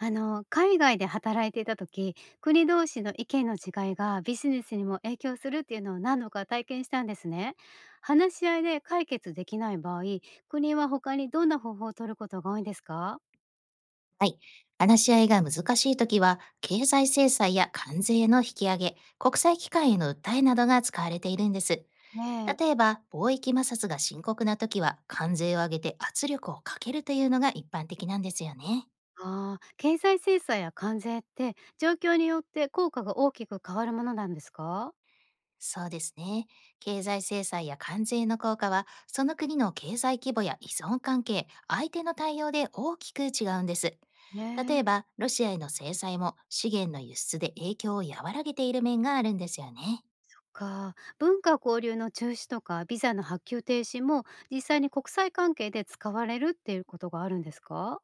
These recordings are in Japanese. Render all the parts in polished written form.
海外で働いていた時、国同士の意見の違いがビジネスにも影響するっていうのを何度か体験したんですね。話し合いで解決できない場合、国は他にどんな方法を取ることが多いんですか？はい。話し合いが難しいときは、経済制裁や関税の引き上げ、国際機関への訴えなどが使われているんです。ね例ええ。ば、貿易摩擦が深刻なときは、関税を上げて圧力をかけるというのが一般的なんですよね。ああ、経済制裁や関税って状況によって効果が大きく変わるものなんですか？そうですね。経済制裁や関税の効果は、その国の経済規模や依存関係、相手の対応で大きく違うんです。例ねええ。ば、ロシアへの制裁も資源の輸出で影響を和らげている面があるんですよね。か、文化交流の中止とかビザの発給停止も実際に国際関係で使われるっていうことがあるんですか？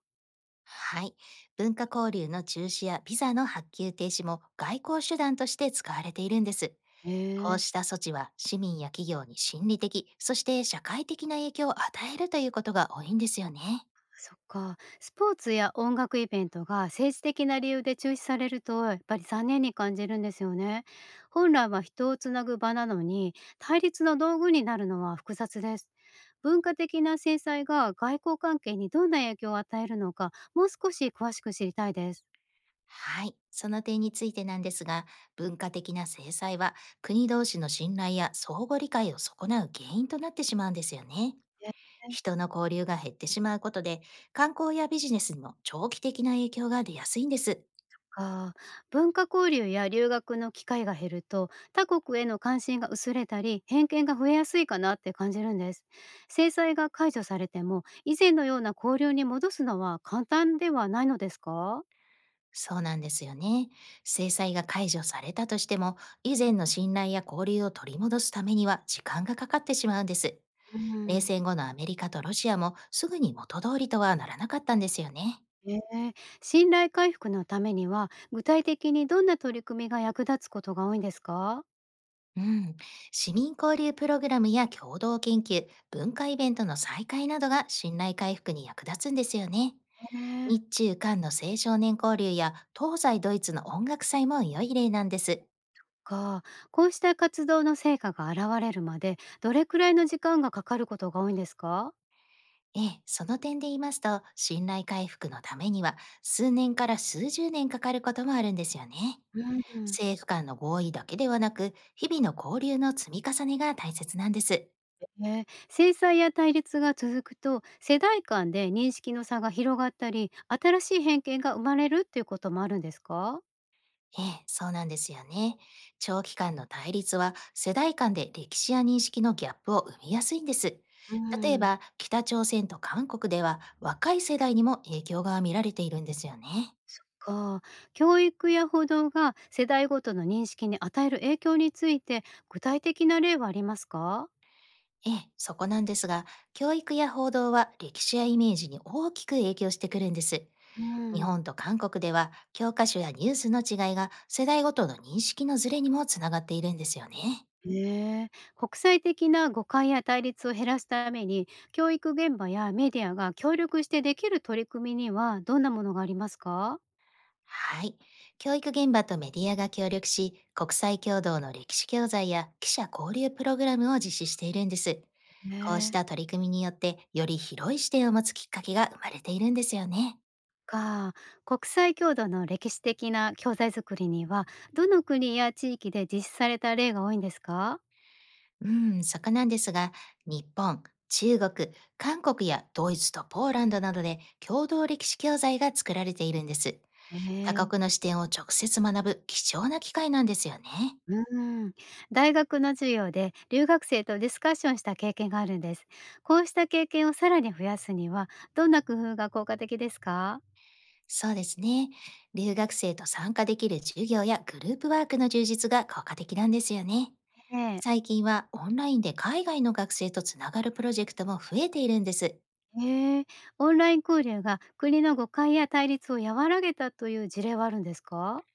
はい。文化交流の中止やビザの発給停止も外交手段として使われているんです。えこうしえ。た措置は市民や企業に心理的、そして社会的な影響を与えるということが多いんですよね。そっか。スポーツや音楽イベントが政治的な理由で中止されると、やっぱり残念に感じるんですよね。本来は人をつなぐ場なのに、対立の道具になるのは複雑です。文化的な制裁が外交関係にどんな影響を与えるのか、もう少し詳しく知りたいです。はい、その点についてなんですが、文化的な制裁は国同士の信頼や相互理解を損なう原因となってしまうんですよね。え、人の交流が減ってしまうことで、観光やビジネスにも長期的な影響が出やすいんです。か。文化交流や留学の機会が減ると、他国への関心が薄れたり、偏見が増えやすいかなって感じるんです。制裁が解除されても、以前のような交流に戻すのは簡単ではないのですか？そうなんですよね。制裁が解除されたとしても、以前の信頼や交流を取り戻すためには時間がかかってしまうんです。う冷ん、戦後のアメリカとロシアもすぐに元通りとはならなかったんですよね。ええ、信頼回復のためには、具体的にどんな取り組みが役立つことが多いんですか？うん、市民交流プログラムや共同研究、文化イベントの再開などが信頼回復に役立つんですよね。ええ。日中韓の青少年交流や東西ドイツの音楽祭も良い例なんです。か、こうした活動の成果が現れるまでどれくらいの時間がかかることが多いんですか？ええ、その点で言いますと、信頼回復のためには数年から数十年かかることもあるんですよね。うん。政府間の合意だけではなく、日々の交流の積み重ねが大切なんです。ええ、制裁や対立が続くと世代間で認識の差が広がったり新しい偏見が生まれるっていうこともあるんですか？ええ、そうなんですよね。長期間の対立は世代間で歴史や認識のギャップを生みやすいんです。う例えん。ば北朝鮮と韓国では若い世代にも影響が見られているんですよね。そっか。教育や報道が世代ごとの認識に与える影響について具体的な例はありますか？ええ、そこなんですが、教育や報道は歴史やイメージに大きく影響してくるんです。う日ん。本と韓国では教科書やニュースの違いが世代ごとの認識のズレにもつながっているんですよね。ええ、国際的な誤解や対立を減らすために教育現場やメディアが協力してできる取り組みにはどんなものがありますか？はい。教育現場とメディアが協力し、国際共同の歴史教材や記者交流プログラムを実施しているんです。ねこうしたえ。取り組みによって、より広い視点を持つきっかけが生まれているんですよね。か。国際共同の歴史的な教材作りには、どの国や地域で実施された例が多いんですか？うん、そこなんですが、日本、中国、韓国やドイツとポーランドなどで共同歴史教材が作られているんです。へ他え、国の視点を直接学ぶ貴重な機会なんですよね。うーん。大学の授業で留学生とディスカッションした経験があるんです。こうした経験をさらに増やすには、どんな工夫が効果的ですか？そうですね。留学生と参加できる授業やグループワークの充実が効果的なんですよね。ええ。最近はオンラインで海外の学生とつながるプロジェクトも増えているんです。へえ、オンライン交流が国の誤解や対立を和らげたという事例はあるんですか？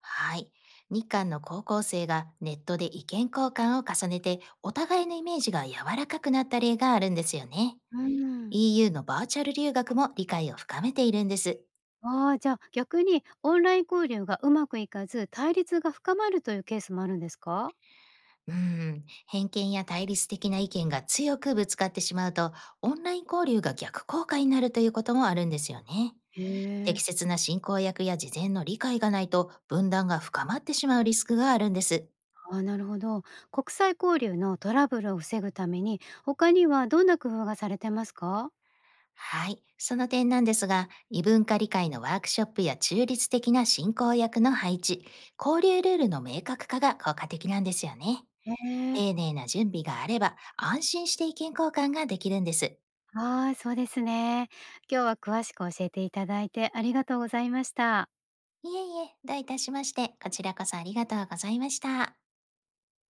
はい。日韓の高校生がネットで意見交換を重ねてお互いのイメージが柔らかくなった例があるんですよね。うん。EU のバーチャル留学も理解を深めているんです。ああ、じゃあ、逆にオンライン交流がうまくいかず、対立が深まるというケースもあるんですか？偏見や対立的な意見が強くぶつかってしまうと、オンライン交流が逆効果になるということもあるんですよね。へえ。適切な進行役や事前の理解がないと分断が深まってしまうリスクがあるんです。ああ、なるほど。国際交流のトラブルを防ぐために、他にはどんな工夫がされてますか？はい。その点なんですが、異文化理解のワークショップや中立的な進行役の配置、交流ルールの明確化が効果的なんですよね。へえ。丁寧な準備があれば、安心して意見交換ができるんです。ああ、そうですね。今日は詳しく教えていただいてありがとうございました。いえいえ、どういたしまして、こちらこそありがとうございました。